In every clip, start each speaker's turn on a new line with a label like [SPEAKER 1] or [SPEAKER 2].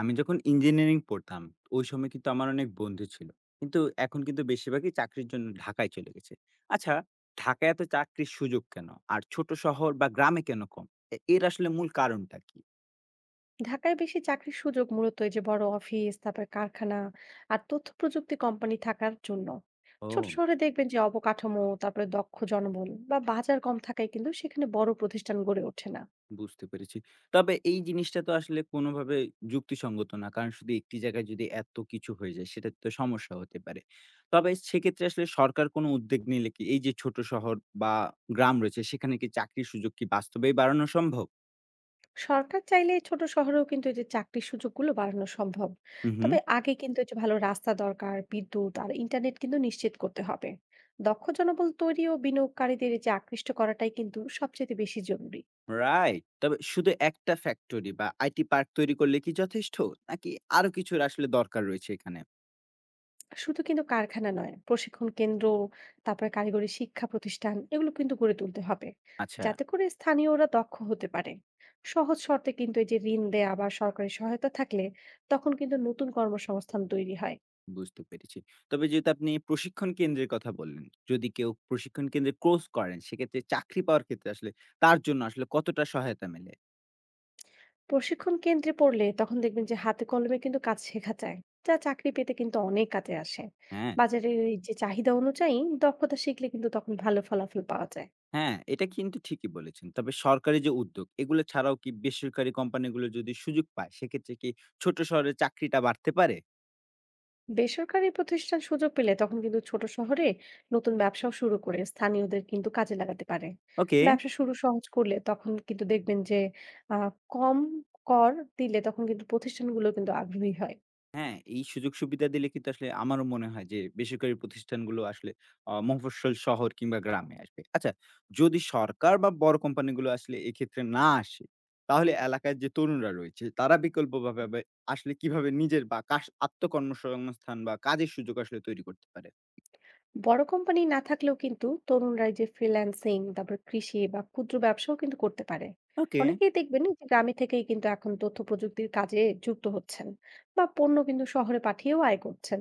[SPEAKER 1] আমি যখন ইঞ্জিনিয়ারিং পড়তাম, ওই সময় কিন্তু আমার অনেক বন্ধু ছিল। কিন্তু এখন কিন্তু বেশিরভাগই চাকরির জন্য ঢাকায় চলে গেছে। আচ্ছা, ঢাকায় এত চাকরির সুযোগ কেন? আর ছোট শহর বা গ্রামে কেন কম? এর আসলে মূল কারণটা কি?
[SPEAKER 2] ঢাকায় বেশি চাকরির সুযোগ মূলত এই যে বড় অফিস, তারপর কারখানা আর তথ্য প্রযুক্তি কোম্পানি থাকার জন্য। ছোট
[SPEAKER 1] ও!
[SPEAKER 2] শহরে দেখবেন যে অবকাঠামো, তারপরে দক্ষ জনবল বা বাজার কম থাকায় কিন্তু সেখানে বড় প্রতিষ্ঠান গড়ে ওঠে না।
[SPEAKER 1] বুঝতে পেরেছি। তবে এই জিনিসটা তো আসলে কোনোভাবে যুক্তিসঙ্গত না। কারণ শুধু একটি জায়গায় যদি এত কিছু হয়ে যায়, সেটা তো সমস্যা হতে পারে। তবে সেক্ষেত্রে আসলে সরকার কোনো উদ্যোগ নিলে কি এই যে ছোট শহর বা গ্রাম রয়েছে, সেখানে কি চাকরির সুযোগ কি বাস্তবেই বাড়ানো সম্ভব?
[SPEAKER 2] সরকার চাইলে ছোট শহরেও কিন্তু এই যে চাকরির সুযোগগুলো বাড়ানো সম্ভব।
[SPEAKER 1] হু, হু।
[SPEAKER 2] তবে আগে কিন্তু এই যে ভালো রাস্তা দরকার, বিদ্যুৎ আর ইন্টারনেট কিন্তু নিশ্চিত করতে হবে। দক্ষ জনবল তৈরি ও বিনিয়োগকারীদের এই যে আকৃষ্ট করাটাই কিন্তু সবচেয়ে বেশি জরুরি।
[SPEAKER 1] রাইট। তবে শুধু একটা ফ্যাক্টরি বা আইটি পার্ক তৈরি করলে কি যথেষ্ট? নাকি আরো কিছুর আসলে দরকার রয়েছে এখানে?
[SPEAKER 2] শুধু কিন্তু কারখানা নয়, প্রশিক্ষণ কেন্দ্র, তারপরে কারিগরি শিক্ষা প্রতিষ্ঠান এগুলো কিন্তু গড়ে তুলতে হবে,
[SPEAKER 1] আচ্ছা,
[SPEAKER 2] যাতে করে স্থানীয়রা দক্ষ হতে পারে। সহজ শর্তে কিন্তু এই যে ঋণ দেয়া বা সরকারি সহায়তা থাকলে তখন কিন্তু নতুন কর্মসংস্থান তৈরি হয়।
[SPEAKER 1] বুঝতে পেরেছি। তবে যেহেতু আপনি প্রশিক্ষণ কেন্দ্রের কথা বললেন, যদি কেউ প্রশিক্ষণ কেন্দ্রে কোর্স করেন সেক্ষেত্রে চাকরি পাওয়ার ক্ষেত্রে আসলে তার জন্য আসলে কতটা সহায়তা মেলে?
[SPEAKER 2] প্রশিক্ষণ কেন্দ্রে পড়লে তখন দেখবেন যে হাতে কলমে কিন্তু কাজ শেখা যায়, যা চাকরি পেতে কিন্তু অনেক কাজে আসে।
[SPEAKER 1] হ্যাঁ,
[SPEAKER 2] বাজারের এই যে চাহিদা অনুযায়ী দক্ষতা শিখলে কিন্তু তখন ভালো ফলাফল পাওয়া যায়।
[SPEAKER 1] হ্যাঁ, এটা কিন্তু ঠিকই বলেছেন। তবে সরকারি যে উদ্যোগ এগুলো ছাড়াও কি বেসরকারি কোম্পানিগুলো যদি সুযোগ পায় সেক্ষেত্রে কি ছোট শহরে চাকরিটা বাড়তে পারে?
[SPEAKER 2] বেসরকারি প্রতিষ্ঠান সুযোগ পেলে তখন কিন্তু ছোট শহরে নতুন ব্যবসাও শুরু করে স্থানীয়দের কিন্তু কাজে লাগাতে পারে।
[SPEAKER 1] ওকে।
[SPEAKER 2] ব্যবসা শুরু সহজ করলে তখন কিন্তু দেখবেন যে আহ, কম কর দিলে তখন কিন্তু প্রতিষ্ঠানগুলো কিন্তু আগ্রহী হয়।
[SPEAKER 1] হ্যাঁ, এই সুযোগ সুবিধা দিলে কিন্তু আসলে আমারও মনে হয় যে বেসরকারি প্রতিষ্ঠানগুলো আসলে মফস্বল শহর কিংবা গ্রামে আসবে। আচ্ছা, যদি সরকার বা বড় কোম্পানিগুলো আসলে এক্ষেত্রে না আসে, তাহলে এলাকার যে তরুণরা রয়েছে তারা বিকল্পভাবে ভাবে আসলে কিভাবে নিজের বা আত্মকর্মসংস্থান বা কাজের সুযোগ আসলে তৈরি করতে পারে?
[SPEAKER 2] বড় কোম্পানি না থাকলেও কিন্তু তরুণরাই যে ফ্রিল্যান্সিং, তারপর কৃষি বা ক্ষুদ্র ব্যবসাও কিন্তু করতে পারে।
[SPEAKER 1] ওকে,
[SPEAKER 2] অনেকেই দেখবেন যে গ্রামে থেকেই কিন্তু এখন তথ্য প্রযুক্তির কাজে যুক্ত হচ্ছেন বা পণ্য কিন্তু শহরে পাঠিয়েও আয় করছেন।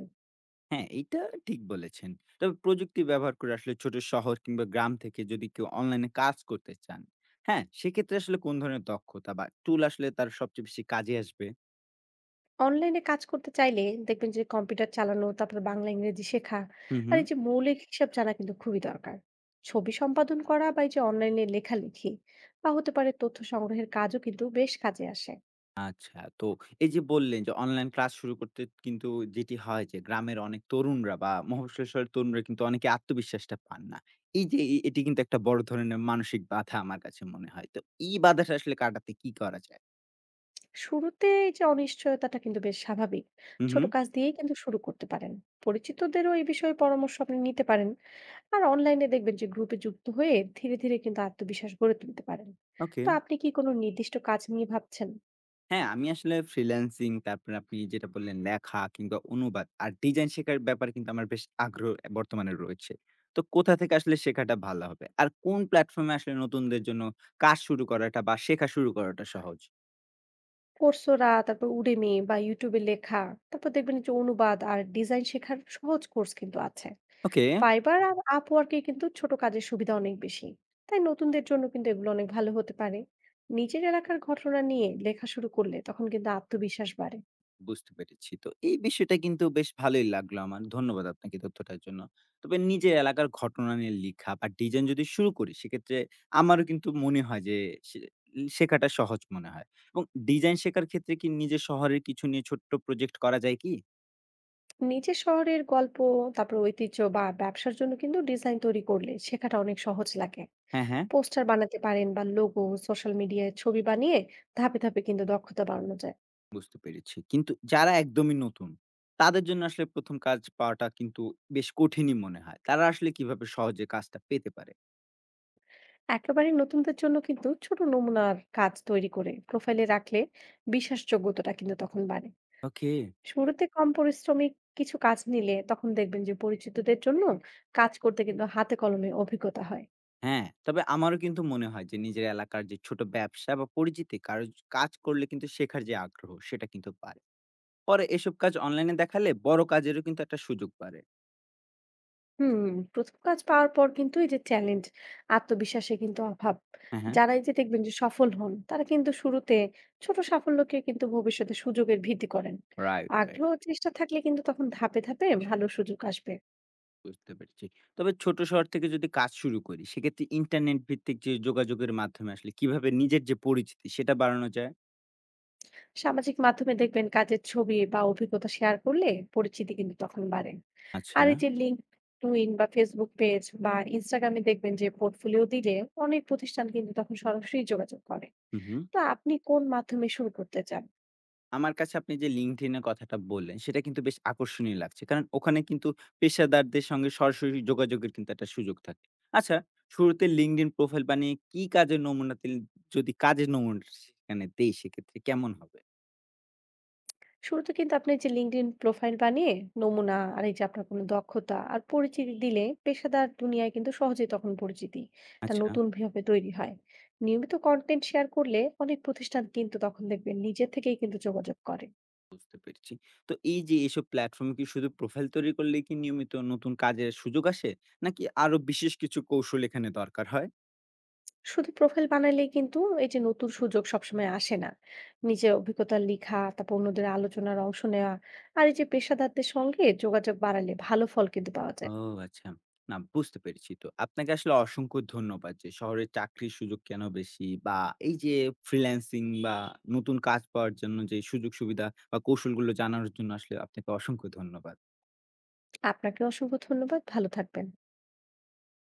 [SPEAKER 1] হ্যাঁ, এইটা ঠিক বলেছেন। তবে প্রযুক্তি ব্যবহার করে আসলে ছোট শহর কিংবা গ্রাম থেকে যদি কেউ অনলাইনে কাজ করতে চান, হ্যাঁ, সেক্ষেত্রে আসলে কোন ধরনের দক্ষতা বা টুল আসলে তার সবচেয়ে বেশি কাজে আসবে?
[SPEAKER 2] অনলাইনে কাজ করতে চাইলে দেখবেন যে কম্পিউটার চালানো, তারপরে বাংলা ইংরেজি শেখা
[SPEAKER 1] হুম,
[SPEAKER 2] আর
[SPEAKER 1] হুম।
[SPEAKER 2] এই যে মৌলিক হিসাব জানা কিন্তু খুবই দরকার। ছবি সম্পাদন করা বা এই যে অনলাইনে লেখালেখি বা হতে পারে তথ্য সংগ্রহের কাজও কিন্তু বেশ কাজে আসে।
[SPEAKER 1] আচ্ছা। তো এই যে বললেন যে অনলাইন ক্লাস শুরু করতে কিন্তু যেটি হয় যে গ্রামের অনেক তরুণরা বা মফস্বল শহরের তরুণরা কিন্তু অনেকে আত্মবিশ্বাসটা পান না। এই যে এটি কিন্তু একটা বড় ধরনের মানসিক বাধা আমার কাছে মনে হয়। তো এই বাধাটা আসলে কাটাতে কি করা যায়?
[SPEAKER 2] শুরুতে এই যে অনিশ্চয়তাটা কিন্তু বেশ স্বাভাবিক।
[SPEAKER 1] হুম,
[SPEAKER 2] ছোট
[SPEAKER 1] হুম।
[SPEAKER 2] কাজ দিয়েই কিন্তু শুরু করতে পারেন, পরিচিতদেরও এই বিষয়ে পরামর্শ আপনি নিতে পারেন। আর অনলাইনে দেখবেন যে গ্রুপে যুক্ত হয়ে ধীরে ধীরে কিন্তু আত্মবিশ্বাস গড়ে তুলতে পারেন।
[SPEAKER 1] ওকে।
[SPEAKER 2] তো আপনি কি কোনো নির্দিষ্ট কাজ নিয়ে ভাবছেন?
[SPEAKER 1] হ্যাঁ, আমি আসলে ফ্রিল্যান্সিং তারপরে আপনি যেটা বললেন লেখা কিংবা অনুবাদ আর ডিজাইন শেখার ব্যাপারে কিন্তু আমার বেশ আগ্রহ বর্তমানে রয়েছে। তো কোথা থেকে আসলে শেখাটা ভালো হবে? আর কোন প্ল্যাটফর্মে আসলে নতুনদের জন্য কাজ শুরু করাটা বা শেখা শুরু করাটা সহজ?
[SPEAKER 2] কোর্সোরা, তারপর Udemy বা YouTube এ লেখা, তারপর দেখবেন যে অনুবাদ আর ডিজাইন শেখার সহজ কোর্স কিন্তু আছে।
[SPEAKER 1] ওকে।
[SPEAKER 2] Fiverr আর Upwork এ কিন্তু ছোট কাজের সুবিধা অনেক বেশি। তাই নতুনদের জন্য কিন্তু এগুলো অনেক ভালো হতে পারে। নিজের এলাকার ঘটনা নিয়ে লেখা শুরু করলে তখন কিন্তু আত্মবিশ্বাস বাড়ে।
[SPEAKER 1] বুঝতে পেরেছি। তো এই বিষয়টা কিন্তু বেশ ভালোই লাগলো আমার। ধন্যবাদ আপনাকে তথ্যটার জন্য। তবে নিজের এলাকার ঘটনা নিয়ে লিখা বা ডিজাইন যদি শুরু করি সেক্ষেত্রে আমারও কিন্তু মনে হয় যে সে শেখাটা সহজ মনে হয়। এবং ডিজাইন শেখার ক্ষেত্রে কি নিজের শহরের কিছু নিয়ে ছোট্ট প্রজেক্ট করা যায় কি?
[SPEAKER 2] নিজের শহরের গল্প, তারপর ঐতিহ্য বা ব্যবসার জন্য কিন্তু ডিজাইন তৈরি করলে শেখাটা অনেক সহজ লাগে।
[SPEAKER 1] হ্যাঁ, হ্যাঁ,
[SPEAKER 2] পোস্টার বানাতে পারেন বা লোগো, সোশ্যাল মিডিয়ায় ছবি বানিয়ে ধাপে ধাপে কিন্তু দক্ষতা বাড়ানো যায়।
[SPEAKER 1] বুঝতে পেরেছি। কিন্তু যারা একদমই নতুন তাদের জন্য আসলে ১ম কাজ পাওয়াটা কিন্তু বেশ কঠিনই মনে হয়। তারা আসলে কিভাবে সহজে কাজটা পেতে পারে?
[SPEAKER 2] একেবারে নতুনদের জন্য কিন্তু ছোট নমুনার কাজ তৈরি করে প্রোফাইলে রাখলে বিশ্বাসযোগ্যতাটা কিন্তু তখন বাড়ে।
[SPEAKER 1] ওকে।
[SPEAKER 2] শুরুতে কম পরিশ্রমিক কিছু কাজ নিলে তখন দেখবেন যে পরিচিতদের জন্য কাজ করতে কিন্তু হাতে কলমে অভিজ্ঞতা হয়।
[SPEAKER 1] হ্যাঁ, তবে আমারও কিন্তু মনে হয় যে নিজের এলাকার যে ছোট ব্যবসা বা পরিচিতি কারো কাজ করলে কিন্তু শেখার যে আগ্রহ সেটা কিন্তু বাড়ে। পরে এসব কাজ অনলাইনে দেখালে বড় কাজেরও কিন্তু একটা সুযোগ বাড়ে।
[SPEAKER 2] হুম। প্রথম কাজ পাওয়ার পর কিন্তু এই যে চ্যালেঞ্জ, আত্মবিশ্বাসে কিন্তু অভাব।
[SPEAKER 1] হ্যাঁ, হ্যাঁ।
[SPEAKER 2] যারা এই যে দেখবেন যে সফল হন, তারা কিন্তু শুরুতে ছোট সাফল্যকে কিন্তু ভবিষ্যতে সুযোগের ভিত্তি করেন।
[SPEAKER 1] Right, right.
[SPEAKER 2] আগ্রহ ও চেষ্টা থাকলে কিন্তু তখন ধাপে ধাপে ভালো সুযোগ আসবে।
[SPEAKER 1] বুঝতে পেরেছি। তবে ছোট শহর থেকে যদি কাজ শুরু করি সেক্ষেত্রে ইন্টারনেট ভিত্তিক যে যোগাযোগের মাধ্যমে আসলে কিভাবে নিজের যে পরিচিতি সেটা বাড়ানো যায়?
[SPEAKER 2] সামাজিক মাধ্যমে দেখবেন কাজের ছবি বা অভিজ্ঞতা শেয়ার করলে পরিচিতি কিন্তু তখন বাড়ে। আর
[SPEAKER 1] আচ্ছা।
[SPEAKER 2] এই যে লিঙ্কডইন বা ফেসবুক পেজ বা ইনস্টাগ্রামে দেখবেন যে পোর্টফোলিও দিলে অনেক প্রতিষ্ঠান কিন্তু তখন সরাসরি যোগাযোগ করে।
[SPEAKER 1] হু, হু।
[SPEAKER 2] তো আপনি কোন মাধ্যমে শুরু করতে চান?
[SPEAKER 1] আমার কাছে আপনি যে LinkedIn এর কথাটা বললেন, সেটা কিন্তু বেশ আকর্ষণীয় লাগছে। কারণ ওখানে কিন্তু পেশাদারদের সঙ্গে সরাসরি যোগাযোগের কিন্তু একটা সুযোগ থাকে। আচ্ছা, শুরুতে LinkedIn প্রোফাইল বানিয়ে কি কাজের নমুনা দিল যদি কাজের নমুনা সেখানে দেই সেক্ষেত্রে কেমন হবে?
[SPEAKER 2] শুরুতে কিন্তু আপনি যে লিঙ্কডইন প্রোফাইল বানিয়ে নমুনা আর এই যে আপনার কোনো দক্ষতা আর পরিচিতি দিলে পেশাদার দুনিয়ায় কিন্তু সহজেই তখন পরিচিতি তা
[SPEAKER 1] আচ্ছা,
[SPEAKER 2] নতুন ভাবে তৈরি হয়। নিয়মিত কন্টেন্ট শেয়ার করলে অনেক প্রতিষ্ঠান কিন্তু তখন দেখবেন নিজে থেকেই কিন্তু যোগাযোগ করে।
[SPEAKER 1] বুঝতে পেরেছি। তো এই যে এসব প্ল্যাটফর্মে কি শুধু প্রোফাইল তৈরি করলেই কি নিয়মিত নতুন কাজের সুযোগ আসে? নাকি আরো বিশেষ কিছু কৌশল এখানে দরকার হয়?
[SPEAKER 2] শুধু প্রোফাইল বানালেই কিন্তু এই যে নতুন সুযোগ সবসময় আসে না। নিজের অভিজ্ঞতা লিখা, তারপর অন্যদের আলোচনার অংশ নেওয়া আর এই যে পেশাদারদের সঙ্গে যোগাযোগ বাড়ালে ভালো ফল কিন্তু পাওয়া
[SPEAKER 1] ও
[SPEAKER 2] যায়।
[SPEAKER 1] আচ্ছা। না বুঝতে পেরেছি তো। আপনাকে আসলে অসংখ্য ধন্যবাদ যে শহরে চাকরির সুযোগ কেন বেশি বা এই যে ফ্রিল্যান্সিং বা নতুন কাজ পাওয়ার জন্য যে সুযোগ সুবিধা বা কৌশলগুলো জানার জন্য আসলে আপনাকে অসংখ্য ধন্যবাদ।
[SPEAKER 2] আপনাকে অসংখ্য ধন্যবাদ। ভালো থাকবেন।